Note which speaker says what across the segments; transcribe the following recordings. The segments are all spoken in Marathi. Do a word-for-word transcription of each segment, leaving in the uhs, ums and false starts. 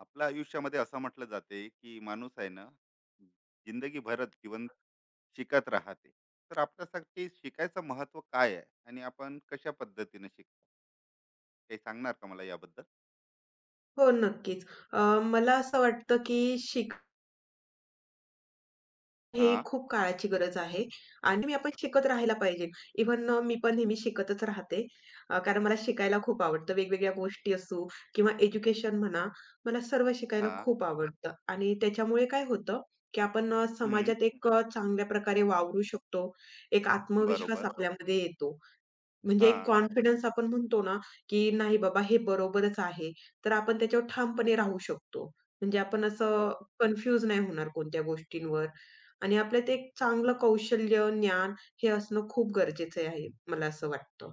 Speaker 1: आपल्या आयुष्यामध्ये असं म्हटलं जाते की माणूस आहे ना, जिंदगी भरत जीवन शिकत राहते. तर आपल्यासाठी शिकायचं महत्व काय आहे आणि आपण कशा पद्धतीने शिकतो? काही सांगणार का मला याबद्दल?
Speaker 2: हो, नक्कीच. अ, मला असं वाटतं, की शिक हे
Speaker 1: हा.
Speaker 2: खूप काळाची गरज आहे आणि नेहमी आपण शिकत राहायला पाहिजे. इव्हन अ, मी पण नेहमी शिकतच राहते. अ, कारण मला शिकायला खूप आवडतं. वेगवेगळ्या गोष्टी असू किंवा एज्युकेशन म्हणा, मला सर्व शिकायला
Speaker 1: हा.
Speaker 2: खूप आवडतं आणि त्याच्यामुळे काय होतं, की आपण अ,
Speaker 1: हम्म.
Speaker 2: समाजात एक अ, चांगल्या प्रकारे वावरू शकतो. एक आत्मविश्वास
Speaker 1: बरोबर.
Speaker 2: आपल्यामध्ये येतो, म्हणजे
Speaker 1: हा.
Speaker 2: एक कॉन्फिडन्स आपण म्हणतो ना, की नाही बाबा हे बरोबरच आहे. तर आपण त्याच्यावर ठामपणे राहू शकतो. म्हणजे आपण
Speaker 1: बरोबर.
Speaker 2: असं कन्फ्यूज नाही होणार कोणत्या गोष्टींवर, आणि आपल्यात एक चांगलं कौशल्य, ज्ञान हे असणं खूप गरजेचं आहे, मला असं वाटतं.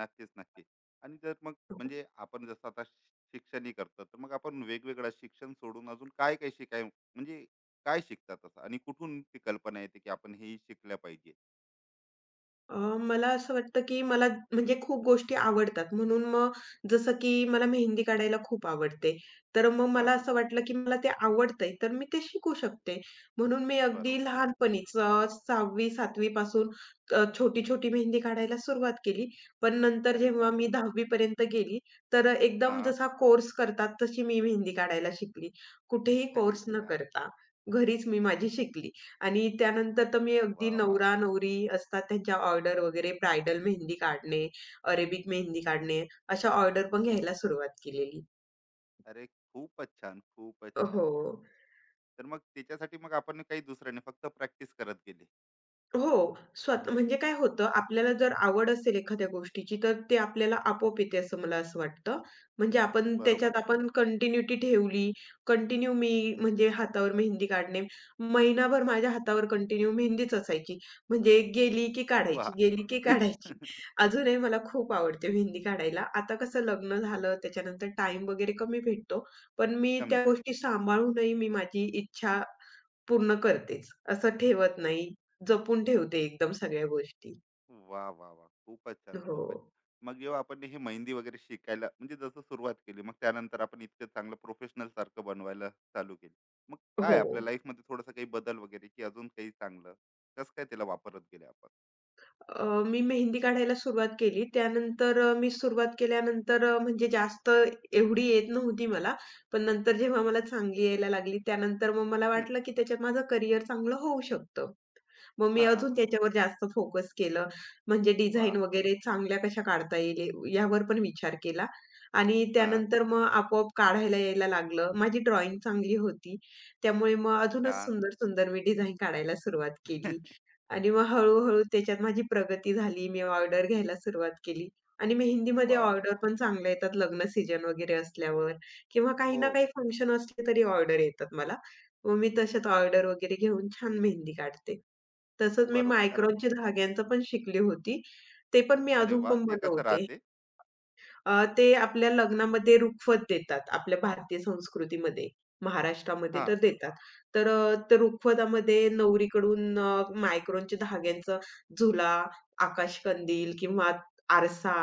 Speaker 1: नक्कीच, नक्की. आणि जर मग म्हणजे आपण जसं आता शिक्षणही करतो, तर मग आपण वेगवेगळं शिक्षण सोडून अजून काय काय शिकाय म्हणजे काय शिकतात असं, आणि कुठून ती कल्पना येते की आपण हेही शिकल्या पाहिजे?
Speaker 2: अ, मला असं वाटतं, की मला म्हणजे खूप गोष्टी आवडतात. म्हणून मग जसं की मला मेहंदी काढायला खूप आवडते. तर मग मला
Speaker 1: हा.
Speaker 2: असं वाटलं, की मला ते आवडतंय, तर मी ते शिकू शकते. म्हणून मी अगदी
Speaker 1: बरोबर.
Speaker 2: लहानपणीच अ, सहावी सातवी पासून अ, छोटी-छोटी मेहंदी काढायला सुरुवात केली. पण नंतर
Speaker 1: अरे
Speaker 2: जेव्हा
Speaker 1: वा.
Speaker 2: मी दहावी पर्यंत गेली, तर एकदम
Speaker 1: हा.
Speaker 2: जसा कोर्स करतात तशी मी मेहंदी काढायला शिकली. कुठेही
Speaker 1: अरे
Speaker 2: कोर्स न
Speaker 1: छान!
Speaker 2: करता घरीच मी माझी शिकली. आणि त्यानंतर तर मी अगदी
Speaker 1: वा वा.
Speaker 2: नवरा-नवरी असतात त्यांच्या ऑर्डर वगैरे ब्रायडल मेहंदी काढणे, अरेबिक मेहंदी काढणे, अशा ऑर्डर पण घ्यायला सुरुवात केलेली.
Speaker 1: अरे खूपच छान, खूपच
Speaker 2: हो.
Speaker 1: छान. तर मग त्याच्यासाठी मग आपण काही दुसरं नाही, फक्त प्रॅक्टिस करत गेले.
Speaker 2: हो. स्वत म्हणजे काय होतं, आपल्याला जर आवड असेल एखाद्या गोष्टीची, तर ते आपल्याला आपोआप येते असं मला असं वाटतं. म्हणजे आपण
Speaker 1: बरोबर.
Speaker 2: त्याच्यात आपण कंटिन्यूटी ठेवली, कंटिन्यू मी म्हणजे हातावर मेहंदी काढणे. महिनाभर माझ्या हातावर कंटिन्यू मेहंदीच असायची. म्हणजे गेली की काढायची,
Speaker 1: वाह!
Speaker 2: गेली की काढायची. अजूनही मला खूप आवडते मेहंदी काढायला. आता कसं लग्न झालं, त्याच्यानंतर टाईम वगैरे कमी भेटतो. पण मी
Speaker 1: कमी
Speaker 2: त्या गोष्टी
Speaker 1: भेटतो.
Speaker 2: सांभाळूनही मी माझी इच्छा पूर्ण करतेच. असं ठेवत नाही. जपून ठेवते एकदम सगळ्या गोष्टी.
Speaker 1: वाह, वाह, वाह! खूपच छान,
Speaker 2: हो.
Speaker 1: खूपच छान. मग जेव्हा आपण हे मेहंदी वगैरे शिकायला म्हणजे जसं सुरुवात केली, मग त्यानंतर आपण इतकं चांगलं प्रोफेशनलसारखं बनवायला चालू केलं. मग
Speaker 2: हो.
Speaker 1: काय आपल्या लाईफमध्ये थोडासा काही बदल वगैरे, की अजून काही चांगलं? कसं काय त्याला वापरत गेले आपण?
Speaker 2: अ, मी मेहंदी काढायला सुरुवात केली. त्यानंतर अ, मी सुरुवात केल्यानंतर अ, म्हणजे जास्त एवढी येत नव्हती मला. पण नंतर जेव्हा मला चांगली यायला लागली, त्यानंतर मग मला वाटलं, की त्याच्यात माझं करियर चांगलं होऊ शकतं. मग मी
Speaker 1: हां.
Speaker 2: अजून त्याच्यावर जास्त फोकस केलं. म्हणजे डिझाईन
Speaker 1: वाह!
Speaker 2: वगैरे चांगल्या कशा काढता येईल यावर पण विचार केला आणि
Speaker 1: हां.
Speaker 2: त्यानंतर मग आपोआप काढायला यायला लागलं. माझी ड्रॉइंग चांगली होती. त्यामुळे मग अजूनच
Speaker 1: छान.
Speaker 2: सुंदर-सुंदर मी डिझाईन काढायला सुरुवात केली आणि मग हळू त्याच्यात माझी प्रगती झाली. मी ऑर्डर घ्यायला सुरुवात केली आणि मेहंदीमध्ये
Speaker 1: वाह, वाह,
Speaker 2: ऑर्डर
Speaker 1: वाह!
Speaker 2: पण चांगल्या येतात लग्न सीजन वगैरे असल्यावर, किंवा काही
Speaker 1: हो.
Speaker 2: ना काही फंक्शन असले तरी ऑर्डर येतात मला. मग मी तशाच ऑर्डर वगैरे घेऊन छान मेहंदी काढते. तसंच मी
Speaker 1: बरोबर. कारण
Speaker 2: मायक्रॉनचे धाग्यांचं पण शिकली होती. ते पण मी
Speaker 1: अरे
Speaker 2: अजून
Speaker 1: वा,
Speaker 2: पण
Speaker 1: ते कसं
Speaker 2: बनवते.
Speaker 1: राहते?
Speaker 2: अ, ते आपल्या लग्नामध्ये रुखवत देतात, आपल्या भारतीय संस्कृतीमध्ये, महाराष्ट्रामध्ये तर
Speaker 1: हां,
Speaker 2: देतात. तर अ, त्या रुखवतामध्ये नवरीकडून अ, मायक्रॉनच्या धाग्यांचा झुला, आकाशकंदील किंवा आरसा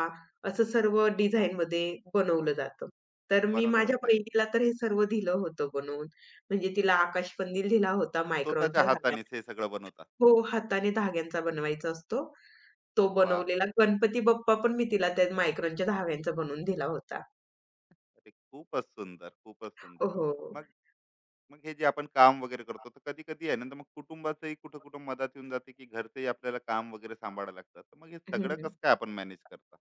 Speaker 2: असं सर्व डिझाइनमध्ये बनवलं जातं. तर मी
Speaker 1: बनवलं
Speaker 2: माझ्या
Speaker 1: जातं.
Speaker 2: बहिणीला तर हे सर्व दिलं होतं बनवून. म्हणजे तिला आकाशकंदील दिला होता
Speaker 1: स्वतःच्या
Speaker 2: मायक्रॉनच्या धाग्या.
Speaker 1: हातानेच हे सगळं बनवतात.
Speaker 2: हो, हाताने धाग्यांचा बनवायचा असतो. तो
Speaker 1: वा,
Speaker 2: बनवलेला गणपती बाप्पा पण मी तिला त्या मायक्रॉनच्या धाग्यांचा बनवून दिला होता.
Speaker 1: अरे खूपच सुंदर, खूपच सुंदर.
Speaker 2: हो. हो.
Speaker 1: मग मग हे जे आपण काम वगैरे करतो, तर कधी-कधी आहे ना, तर मग कुटुंबाचंही कुठं-कुठं मदत येऊन जाते, की घरचंही आपल्याला काम वगैरे सांभाळावं लागतं. तर मग हे
Speaker 2: हं,
Speaker 1: सगळं
Speaker 2: हं.
Speaker 1: कसं काय आपण मॅनेज करता?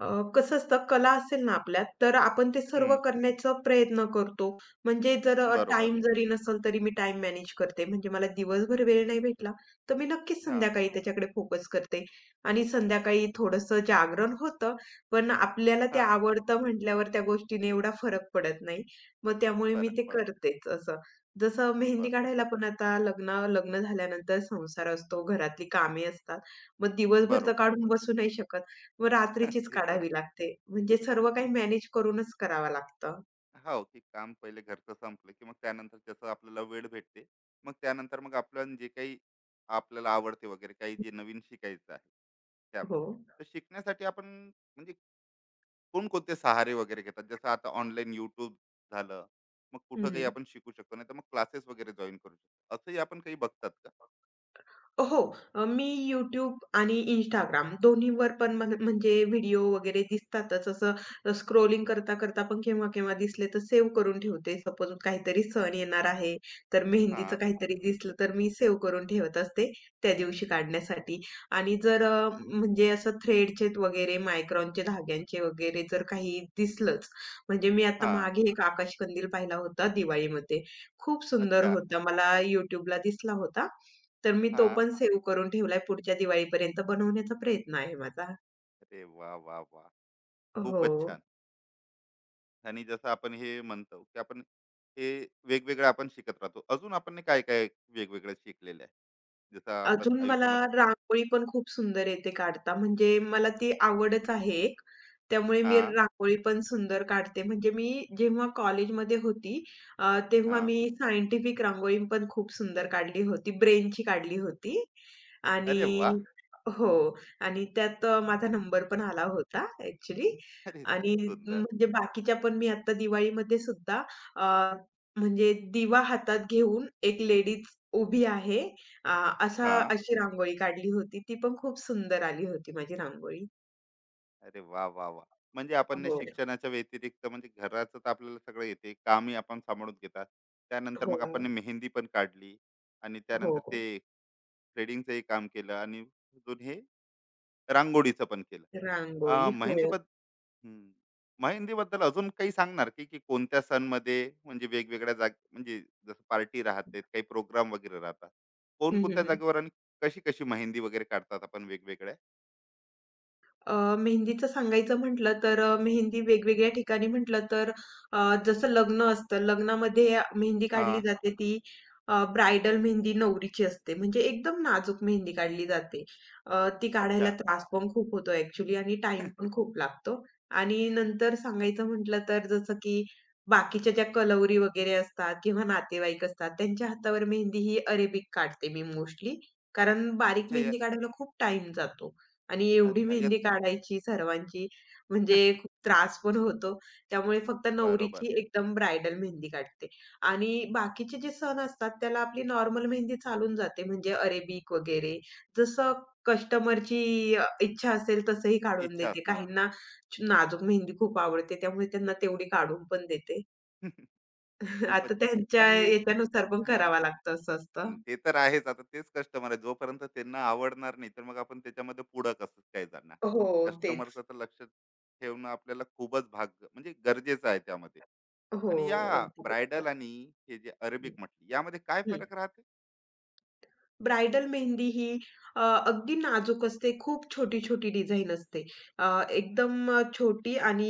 Speaker 2: अ, कसं असतं कला असेल ना आपल्यात, तर आपण ते सर्व
Speaker 1: हं,
Speaker 2: करण्याचा प्रयत्न करतो. म्हणजे जर अ,
Speaker 1: बरोबर.
Speaker 2: टाईम जरी नसेल तरी मी टाईम मॅनेज करते. म्हणजे मला दिवसभर वेळ नाही भेटला, तर मी नक्कीच
Speaker 1: हां,
Speaker 2: संध्याकाळी त्याच्याकडे फोकस करते. आणि संध्याकाळी थोडंसं जागरण होतं, पण आपल्याला ते
Speaker 1: हां.
Speaker 2: आवडतं म्हटल्यावर त्या गोष्टीने एवढा फरक पडत नाही. मग त्यामुळे मी
Speaker 1: फरक
Speaker 2: ते
Speaker 1: पडत.
Speaker 2: करतेच असं. जसं मेहंदी
Speaker 1: बरोबर,
Speaker 2: काढायला पण आता लग्न लग्न झाल्यानंतर संसार असतो, घरातली कामे असतात. मग दिवसभर तर
Speaker 1: बरोबर.
Speaker 2: काढून बसू नाही शकत. मग रात्रीचीच
Speaker 1: ते तर आहे.
Speaker 2: काढावी लागते. म्हणजे सर्व काही मॅनेज करूनच करावं लागतं.
Speaker 1: हो, की काम पहिले घरचं संपलं, की मग त्यानंतर त्याचं आपल्याला वेळ भेटते. मग त्यानंतर मग आपण जे काही आपल्याला आवडते वगैरे काही जे नवीन शिकायचं आहे, त्यामुळे.
Speaker 2: हो.
Speaker 1: तर शिकण्यासाठी आपण म्हणजे कोणकोणते सहारे वगैरे घेतात? जसं आता ऑनलाईन YouTube झालं, मग कुठं काही
Speaker 2: हं.
Speaker 1: आपण शिकू शकतो. नाहीतर मग क्लासेस वगैरे जॉइन करू शकतो. असंही आपण काही बघतात का?
Speaker 2: हो. अ, मी YouTube आणि Instagram दोन्हीवर पण म्हण म्हणजे व्हिडिओ वगैरे दिसतातच. असं स्क्रोलिंग करता-करता पण केव्हा-केव्हा दिसले तर सेव्ह करून ठेवते. सपोज काहीतरी सण येणार आहे, तर मेहंदीचं
Speaker 1: हां,
Speaker 2: काहीतरी दिसलं तर मी सेव्ह करून ठेवत असते त्या दिवशी काढण्यासाठी. आणि जर अ, म्हणजे असं थ्रेडचे वगैरे मायक्रॉनचे धाग्यांचे वगैरे जर काही दिसलंच, म्हणजे मी आता
Speaker 1: हां.
Speaker 2: मागे एक आकाश कंदील पाहिला होता दिवाळीमध्ये. खूप सुंदर
Speaker 1: अच्छा.
Speaker 2: होता. मला YouTubeला दिसला होता. तर मी तो
Speaker 1: हां.
Speaker 2: पण सेव्ह करून ठेवलाय. पुढच्या दिवाळीपर्यंत बनवण्याचा प्रयत्न आहे माझा.
Speaker 1: अरे वाह, वाह, वाह!
Speaker 2: हो.
Speaker 1: खूपच छान. आणि जसं आपण हे म्हणतो की आपण हे वेगवेगळं आपण शिकत राहतो, अजून आपण ने काय काय वेगवेगळं शिकलेलं आहे जसं आपण
Speaker 2: अजून मला
Speaker 1: आयुष्यामध्ये.
Speaker 2: रांगोळी पण खूप सुंदर येते काढता. म्हणजे मला ती आवडच आहे एक. त्यामुळे मी
Speaker 1: हा.
Speaker 2: रांगोळी पण सुंदर काढते. म्हणजे मी जेव्हा कॉलेजमध्ये होती, अ, तेव्हा
Speaker 1: हा.
Speaker 2: मी सायंटिफिक रांगोळी पण खूप सुंदर काढली होती. ब्रेनची काढली होती
Speaker 1: अरे वा.
Speaker 2: आणि हो, आणि त्यात अ, माझा नंबर पण आला होता ॲक्चुअली.
Speaker 1: अरे
Speaker 2: आणि
Speaker 1: सुंदर.
Speaker 2: म्हणजे बाकीच्या पण मी आता दिवाळीमध्ये सुद्धा अ, म्हणजे दिवा हातात घेऊन एक लेडीज उभी आहे, अ, असा
Speaker 1: हा.
Speaker 2: अशी रांगोळी काढली होती. ती पण खूप सुंदर आली होती माझी रांगोळी.
Speaker 1: अरे वा वा वा. म्हणजे आपण ने
Speaker 2: हो, अच्छा.
Speaker 1: शिक्षणाच्या व्यतिरिक्त म्हणजे घराचं तर आपल्याला सगळं येते, कामही आपण सांभाळून घेतात. त्यानंतर
Speaker 2: हो,
Speaker 1: मग
Speaker 2: हां,
Speaker 1: आपण ने मेहंदी पण काढली आणि त्यानंतर
Speaker 2: हो,
Speaker 1: ते थ्रेडिंगचंही काम केलं आणि अजून हे रांगोळीचं पण केलं.
Speaker 2: रांगोळी.
Speaker 1: अ,
Speaker 2: हो.
Speaker 1: मेहंदीबद्द हं. मेहंदीबद्दल अजून काही सांगणार, की, की कोणत्या सणमध्ये म्हणजे वेगवेगळ्या जाग म्हणजे जसं पार्टी राहते, काही प्रोग्राम वगैरे राहतात.
Speaker 2: हं,
Speaker 1: कोणकोणत्या
Speaker 2: हं,
Speaker 1: जागेवर आणि कशी-कशी मेहंदी वगैरे काढतात आपण वेगवेगळ्या?
Speaker 2: अ, मेहंदीचं सांगायचं म्हटलं तर अ, मेहंदी वेगवेगळ्या ठिकाणी म्हटलं तर अ, जसं लग्न असतं, लग्नामध्ये मेहंदी काढली
Speaker 1: हां.
Speaker 2: जाते ती. अ, ब्रायडल मेहंदी नवरीची असते. म्हणजे एकदम नाजूक मेहंदी काढली जाते. अ, ती काढायला
Speaker 1: अच्छा.
Speaker 2: त्रास पण खूप होतो ॲक्चुअली, आणि टाईम पण खूप लागतो. आणि नंतर सांगायचं म्हटलं तर जसं की बाकीच्या ज्या कलवरी वगैरे असतात किंवा नातेवाईक असतात, त्यांच्या हातावर मेहंदी ही अरेबिक काढते मी मोस्टली. कारण बारीक
Speaker 1: अच्छा, या.
Speaker 2: मेहंदी काढायला खूप टाईम जातो. आणि एवढी
Speaker 1: अच्छा, या.
Speaker 2: मेहंदी काढायची सर्वांची, म्हणजे खूप त्रास पण होतो. त्यामुळे फक्त
Speaker 1: बरोबर.
Speaker 2: नवरीची एकदम ब्रायडल मेहंदी काढते, आणि बाकीचे जे सण असतात, त्याला आपली नॉर्मल मेहंदी चालून जाते, म्हणजे अरेबिक वगैरे. जसं कस्टमरची अ, इच्छा असेल तसंही काढून
Speaker 1: इच्छा
Speaker 2: देते.
Speaker 1: असणार.
Speaker 2: काहींना नाजूक मेहंदी खूप आवडते, त्यामुळे त्यांना तेवढी काढून पण देते.
Speaker 1: खूप
Speaker 2: आता
Speaker 1: छान.
Speaker 2: त्यांच्या
Speaker 1: आणि हे
Speaker 2: याच्यानुसार पण
Speaker 1: हां.
Speaker 2: करावा लागतं, असं असतं.
Speaker 1: हं, ते तर आहेच. आता तेच कस्टमर आहे. जोपर्यंत त्यांना आवडणार नाही, तर मग आपण त्याच्यामध्ये पुढं कसं काय जाणार?
Speaker 2: हो, तेच.
Speaker 1: कस्टमरचं तर लक्ष ठेवणं आपल्याला खूपच भाग म्हणजे गरजेचं आहे त्यामध्ये.
Speaker 2: हो,
Speaker 1: आणि या
Speaker 2: अगदी बरोबर.
Speaker 1: ब्रायडल आणि हे जे अरेबिक
Speaker 2: हं,
Speaker 1: म्हटली, यामध्ये काय फरक राहते?
Speaker 2: ब्राइडल मेहंदी ही अ, अगदी नाजूक असते. खूप छोटी-छोटी डिझाइन असते. अ, एकदम अ, छोटी, आणि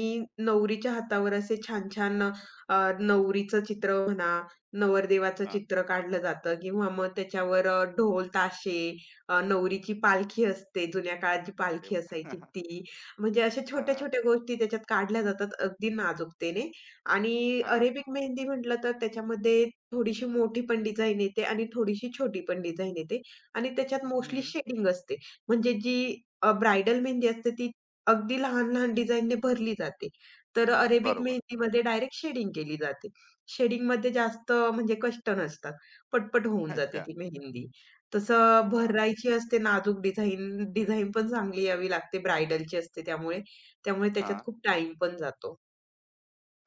Speaker 2: नवरीच्या हातावर असे छान-छान अ, नवरीचं चित्र म्हणा, नवरदेवाचं
Speaker 1: हां.
Speaker 2: चित्र काढलं जातं, किंवा मग त्याच्यावर अ, ढोल, ताशे, अ, नवरीची पालखी असते. जुन्या काळात जी
Speaker 1: अरे
Speaker 2: पालखी
Speaker 1: वाह!
Speaker 2: असायची ती. म्हणजे अशा
Speaker 1: हां,
Speaker 2: छोट्या-छोट्या गोष्टी त्याच्यात काढल्या जातात अगदी नाजूकतेने. आणि
Speaker 1: हां.
Speaker 2: अरेबिक मेहंदी म्हटलं तर त्याच्यामध्ये थोडीशी मोठी पण डिझाइन येते आणि थोडीशी छोटी पण डिझाइन येते, आणि त्याच्यात मोस्टली
Speaker 1: हं.
Speaker 2: शेडिंग असते. म्हणजे जी अ, ब्राइडल मेहंदी असते ती अगदी लहान-लहान डिझाइनने भरली जाते. तर अरेबिक
Speaker 1: बरोबर.
Speaker 2: मेहंदीमध्ये डायरेक्ट शेडिंग केली जाते. शेडिंगमध्ये जास्त म्हणजे कष्ट नसतात. पटपट होऊन जाते
Speaker 1: अच्छा.
Speaker 2: ती मेहंदी. तसं
Speaker 1: वाह!
Speaker 2: भरायची असते नाजूक डिझाइन, डिझाइन पण चांगली यावी लागते, ब्राइडलची असते त्यामुळे. त्यामुळे त्याच्यात
Speaker 1: हां.
Speaker 2: खूप टाईम पण जातो.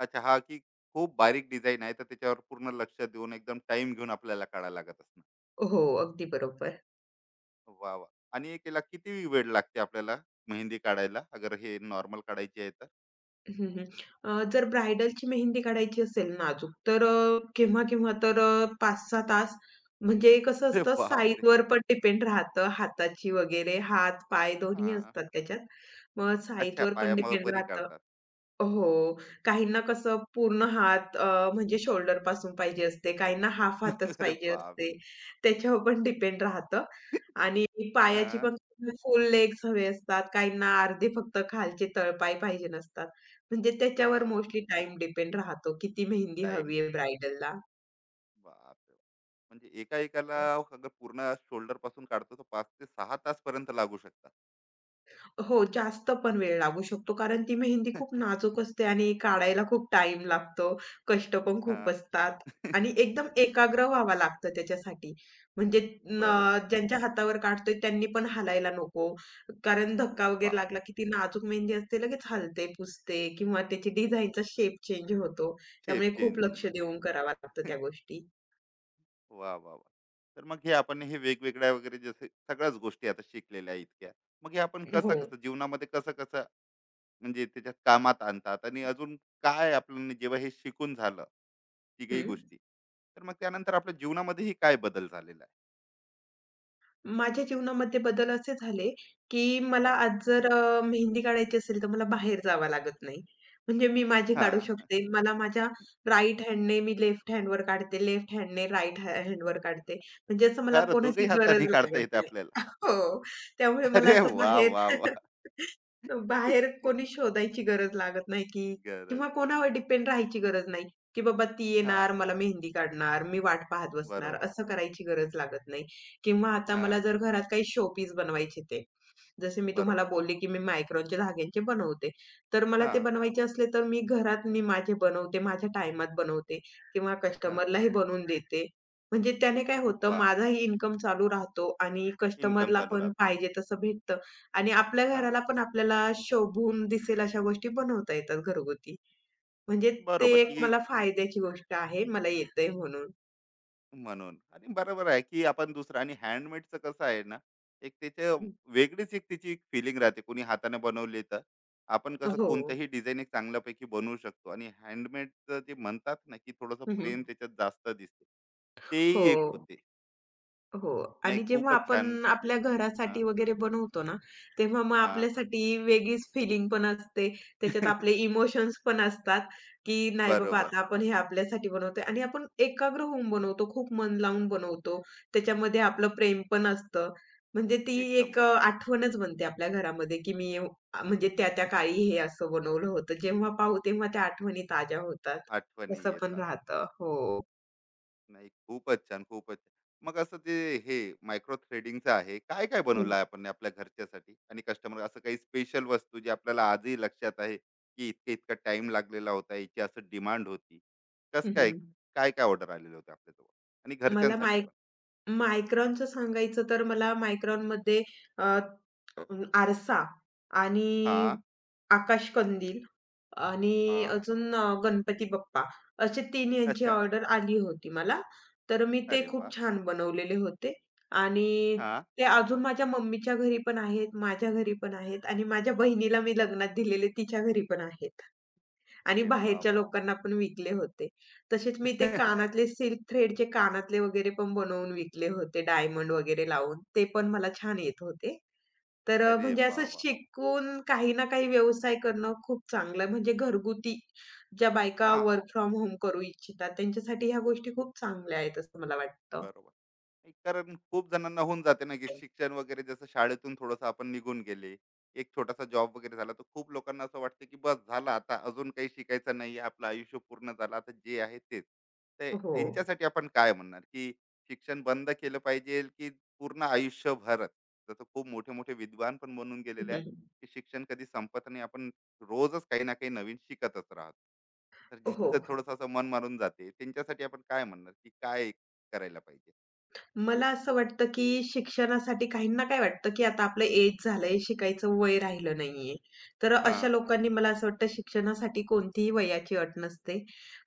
Speaker 1: अच्छा, हां, की खूप बारीक डिझाइन आहे, तर त्याच्यावर पूर्ण लक्ष देऊन एकदम टाईम घेऊन आपल्याला काढायला लागत.
Speaker 2: हो, अगदी बरोबर.
Speaker 1: वा वा. आणि एक केला किती वेळ लागते आपल्याला मेहंदी काढायला, अगर हे नॉर्मल काढायची आहे तर?
Speaker 2: हं, हं. अ, जर ब्राइडलची मेहंदी काढायची असेल नाजूक, तर अ, केव्हा-केव्हा तर अ, पाच सहा तास, म्हणजे कसं
Speaker 1: अरे
Speaker 2: असतं
Speaker 1: बाप रे.
Speaker 2: साईजवर पण डिपेंड राहतं हाताची वगैरे, हात, पाय दोन्ही
Speaker 1: हा.
Speaker 2: असतात त्याच्यात. मग
Speaker 1: अच्छा,
Speaker 2: साईजवर पण डिपेंड
Speaker 1: पायावरी
Speaker 2: राहतं.
Speaker 1: काढतात?
Speaker 2: हो. काहींना कसं पूर्ण हात अ, म्हणजे शोल्डरपासून पाहिजे असते, काहींना हाल्फ हातच
Speaker 1: अरे
Speaker 2: पाहिजे
Speaker 1: बाप.
Speaker 2: असते. त्याच्यावर पण डिपेंड राहतं. आणि पायाची
Speaker 1: हा.
Speaker 2: पण फुल लेग्स हवे असतात, काहींना अर्धे फक्त खालचे तळपाय पाहिजे नसतात. म्हणजे
Speaker 1: हा.
Speaker 2: त्याच्यावर मोस्टली टाईम डिपेंड राहतो, किती मेहंदी
Speaker 1: टाइम.
Speaker 2: हवी आहे ब्राइडलला.
Speaker 1: बाप रे. म्हणजे एका एकाला अगर पूर्ण शोल्डर पासून काढतो तर पाच ते सहा तास पर्यंत लागू शकतात.
Speaker 2: हो, जास्त पण वेळ लागू शकतो. कारण ती मेहंदी खूप नाजूक असते आणि काढायला खूप टाइम लागतो. कष्ट पण
Speaker 1: हा.
Speaker 2: खूप असतात, आणि एकदम एकाग्र व्हावं लागतं त्याच्यासाठी. म्हणजे न
Speaker 1: बरोबर.
Speaker 2: ज्यांच्या हातावर काढतोय त्यांनी पण हालायला नको. कारण
Speaker 1: अरे
Speaker 2: धक्का वगैरे
Speaker 1: बाप,
Speaker 2: लागला की ती नाजूक मेहंदी असते लगेच हलते, पुसते, किंवा त्याची डिझाईनचा शेप चेंज होतो.
Speaker 1: शेप
Speaker 2: त्यामुळे खूप
Speaker 1: चेंज होऊन
Speaker 2: लक्ष
Speaker 1: जाणार.
Speaker 2: देऊन करावं लागतं त्या गोष्टी.
Speaker 1: वा वा वा. तर मग हे आपण हे वेगवेगळ्या वगैरे जसे सगळ्याच गोष्टी आता शिकलेल्या आहे इतक्या, मग हे आपण कसं
Speaker 2: हो.
Speaker 1: कसं जीवनामध्ये कसं कसं म्हणजे त्याच्यात कामात आणतात, आणि अजून काय आपण जेव्हा हे शिकून झालं तिघही
Speaker 2: हं.
Speaker 1: गोष्टी, तर मग त्यानंतर आपल्या जीवनामध्येही काय बदल झालेला आहे?
Speaker 2: माझ्या जीवनामध्ये बदल असे झाले, की मला
Speaker 1: हा.
Speaker 2: आज जर अ, मेहंदी काढायची असेल, तर मला बाहेर जावं लागत नाही. म्हणजे मी माझी काढू
Speaker 1: हा.
Speaker 2: शकते. मला माझ्या राइट हँडने मी लेफ्ट हँडवर काढते, लेफ्ट हँडने राइट हॅ हँडवर काढते. म्हणजे असं मला
Speaker 1: खरं दोघही
Speaker 2: कोणाची गरज
Speaker 1: हाताने काढता
Speaker 2: लागत
Speaker 1: येते
Speaker 2: नाही.
Speaker 1: आपल्याला.
Speaker 2: हो, त्यामुळे मला
Speaker 1: अरे
Speaker 2: असं
Speaker 1: वा
Speaker 2: बाहेर
Speaker 1: वा वा.
Speaker 2: बाहेर कोणी शोधायची गरज लागत नाही, की,
Speaker 1: गरज.
Speaker 2: किंवा कोणावर डिपेंड राहायची गरज नाही, की बाबा ती
Speaker 1: हा.
Speaker 2: येणार, मला मेहंदी काढणार, मी वाट पाहत बसणार,
Speaker 1: बरोबर.
Speaker 2: असं करायची गरज लागत नाही. किंवा आता मला
Speaker 1: हा.
Speaker 2: जर घरात काही शोपीस बनवायचे ते, जसे मी तुम्हाला
Speaker 1: बरोबर.
Speaker 2: बोलले, की मी मायक्रॉनचे धाग्यांचे बनवते. तर मला
Speaker 1: हा.
Speaker 2: ते बनवायचे असले तर मी घरात मी माझे बनवते, माझ्या टाईमात बनवते, किंवा
Speaker 1: हा.
Speaker 2: कस्टमरलाही बनवून देते. म्हणजे त्याने काय होतं,
Speaker 1: वा.
Speaker 2: माझाही इन्कम चालू राहतो आणि
Speaker 1: इन्कम
Speaker 2: कस्टमरला
Speaker 1: चालू
Speaker 2: पण
Speaker 1: राहत.
Speaker 2: पाहिजे तसं भेटतं, आणि आपल्या
Speaker 1: हा.
Speaker 2: घराला पण आपल्याला शोभून दिसेल अशा गोष्टी बनवता येतात घरगुती. म्हणजे ते
Speaker 1: बरोबर
Speaker 2: एक
Speaker 1: की.
Speaker 2: मला फायद्याची गोष्ट आहे. मला येतंय म्हणून.
Speaker 1: म्हणून आणि बरोबर आहे की आपण दुसरं, आणि हँडमेडचं कसं आहे ना, एक त्याच्या वेगळीच एक त्याची एक फिलिंग राहते कोणी हाताने बनवले तर. आपण कसं
Speaker 2: हो.
Speaker 1: कोणतंही डिझाईन एक चांगल्यापैकी बनवू शकतो, आणि हँडमेडचं जे म्हणतात ना, की थोडंसं
Speaker 2: हं, हं.
Speaker 1: प्रेम त्याच्यात जास्त दिसते.
Speaker 2: हो.
Speaker 1: तेही एक होते.
Speaker 2: हो,
Speaker 1: नाही,
Speaker 2: आणि जेव्हा
Speaker 1: खूपच छान.
Speaker 2: आपण आपल्या घरासाठी
Speaker 1: हा.
Speaker 2: वगैरे बनवतो ना, तेव्हा मग
Speaker 1: हा.
Speaker 2: आपल्यासाठी वेगळीच फीलिंग पण असते. त्याच्यात आपले इमोशन्स पण असतात, की नाही बाबा हां.
Speaker 1: बरोबर.
Speaker 2: आता आपण हे आपल्यासाठी बनवतोय आणि आपण एकाग्र होऊन बनवतो, खूप मन लावून बनवतो. त्याच्यामध्ये आपलं प्रेम पण असतं. म्हणजे ती
Speaker 1: एकदम
Speaker 2: एक अ,
Speaker 1: बरोबर.
Speaker 2: आठवणच बनते आपल्या घरामध्ये, की मी अ, म्हणजे त्या-त्या काळी हे असं बनवलं होतं. जेव्हा पाहू तेव्हा त्या आठवणी ताज्या होतात.
Speaker 1: आठवणी
Speaker 2: तसं पण बरोबर.
Speaker 1: येतात.
Speaker 2: राहतं. हो.
Speaker 1: नाही, खूपच छान, खूपच छान. मग असं ते हे मायक्रो थ्रेडिंगचं आहे, काय काय
Speaker 2: हं.
Speaker 1: बनवलं आहे आपण आपल्या घरच्यासाठी आणि कस्टमर, असं काही स्पेशल वस्तू जी आपल्याला आजही लक्षात आहे, की इतका इतका टाइम लागलेला होता, याची असं डिमांड होती, कस काय,
Speaker 2: हं,
Speaker 1: काय काय ऑर्डर आलेले होते आपल्याजवळ आणि
Speaker 2: मला
Speaker 1: घरच्यांसाठी
Speaker 2: माय
Speaker 1: पण?
Speaker 2: मायक्रॉनचं सांगायचं तर मला मायक्रॉनमध्ये अ, अं, आरसा
Speaker 1: हा.
Speaker 2: आणि आकाशकंदील आणि
Speaker 1: हा.
Speaker 2: अजून अ, गणपती बाप्पा असे तीन यांची
Speaker 1: अच्छा.
Speaker 2: ऑर्डर आली होती मला. तर मी ते
Speaker 1: अरे वा.
Speaker 2: खूप छान बनवलेले होते, आणि
Speaker 1: हा.
Speaker 2: ते अजून माझ्या मम्मीच्या घरी पण आहेत, माझ्या घरी पण आहेत, आणि माझ्या बहिणीला मी लग्नात दिलेले तिच्या घरी पण आहेत. आणि
Speaker 1: अरे वा
Speaker 2: बाहेरच्या
Speaker 1: वा.
Speaker 2: लोकांना पण विकले होते. तसेच मी ते कानातले सिल्क थ्रेडचे कानातले वगैरे पण बनवून विकले होते, डायमंड वगैरे लावून. ते पण मला छान येत होते. तर अ,
Speaker 1: अरे
Speaker 2: म्हणजे
Speaker 1: वा
Speaker 2: असं
Speaker 1: वा.
Speaker 2: शिकून काही ना काही व्यवसाय करणं खूप चांगलं आहे. म्हणजे घरगुती ज्या बायका
Speaker 1: हा.
Speaker 2: वर्क फ्रॉम होम करू इच्छितात, त्यांच्यासाठी ह्या गोष्टी खूप चांगल्या आहेत असं मला वाटतं.
Speaker 1: बरोबर. एक कारण खूप जणांना होऊन जाते ना, की शिक्षण वगैरे जसं शाळेतून थोडंसं आपण निघून गेले, एक छोटासा जॉब वगैरे झाला, तर खूप लोकांना असं वाटतं की बस झालं, आता अजून काही शिकायचं नाही, आपलं आयुष्य पूर्ण झालं, आता जे आहे तेच. तर
Speaker 2: हो.
Speaker 1: यांच्यासाठी आपण काय म्हणणार, की शिक्षण बंद केलं पाहिजे, की पूर्ण आयुष्यभरच, जसं खूप मोठे मोठे विद्वान पण बनून गेलेले आहे,
Speaker 2: हं,
Speaker 1: की शिक्षण कधी संपत नाही, आपण रोजच काही ना काही नवीन शिकतच राहतो? तर
Speaker 2: हो.
Speaker 1: ज्यांचं थोडंसं असं मन मारून जाते, त्यांच्यासाठी आपण काय म्हणणार, की काय करायला पाहिजे?
Speaker 2: मला असं वाटतं, की शिक्षणासाठी काहींना काय वाटतं, की आता आपलं एज झालंय, शिकायचं वय राहिलं नाहीये. तर
Speaker 1: हा.
Speaker 2: अशा लोकांनी मला असं वाटतं शिक्षणासाठी कोणतीही वयाची अट नसते.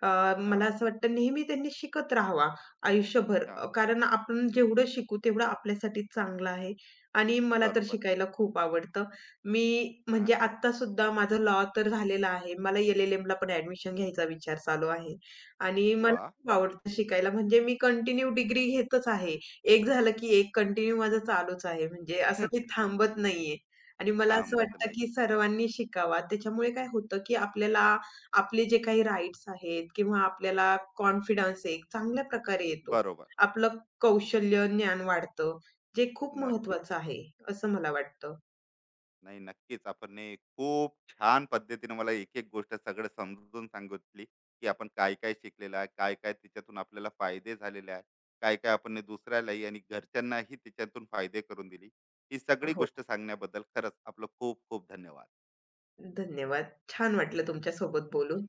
Speaker 2: अ,
Speaker 1: हा.
Speaker 2: मला असं वाटतं नेहमी त्यांनी शिकत राहावा आयुष्यभर.
Speaker 1: हा.
Speaker 2: अ, कारण आपण जेवढं शिकू तेवढं आपल्यासाठी चांगलं आहे, आणि मला तर
Speaker 1: बरोबर.
Speaker 2: शिकायला खूप आवडतं. मी
Speaker 1: हा.
Speaker 2: म्हणजे आत्तासुद्धा माझं लॉ तर झालेलं आहे. मला एल एल एमला पण ॲडमिशन घ्यायचा विचार चालू आहे, आणि मला
Speaker 1: वा.
Speaker 2: खूप आवडतं शिकायला. म्हणजे मी कंटिन्यू डिग्री घेतच आहे. एक झालं की एक कंटिन्यू माझं चालूच आहे. म्हणजे असं मी थांबत नाहीये. आणि मला असं
Speaker 1: थांबत
Speaker 2: वाटतं
Speaker 1: नाही.
Speaker 2: की सर्वांनी शिकावा. त्याच्यामुळे काय होतं की आपल्याला आपले जे काही राइट्स आहेत, किंवा आपल्याला कॉन्फिडन्स एक चांगल्या प्रकारे येतो.
Speaker 1: बरोबर.
Speaker 2: आपलं कौशल्य, ज्ञान वाढतं, जे खूप
Speaker 1: नक्कीच.
Speaker 2: महत्वाचं आहे, असं मला वाटतं.
Speaker 1: नाही, नक्कीच आपण हे खूप छान पद्धतीने मला एक एक गोष्ट सगळं समजून सांगितली, की आपण काय काय शिकलेलं आहे, काय काय त्याच्यातून आपल्याला फायदे झालेले आहे, काय काय आपण हे दुसऱ्यालाही आणि घरच्यांनाही त्याच्यातून फायदे करून दिली. ही सगळी
Speaker 2: हो,
Speaker 1: गोष्ट सांगण्याबद्दल खरंच आपलं खूप खूप धन्यवाद.
Speaker 2: धन्यवाद. छान वाटलं तुमच्यासोबत बोलून.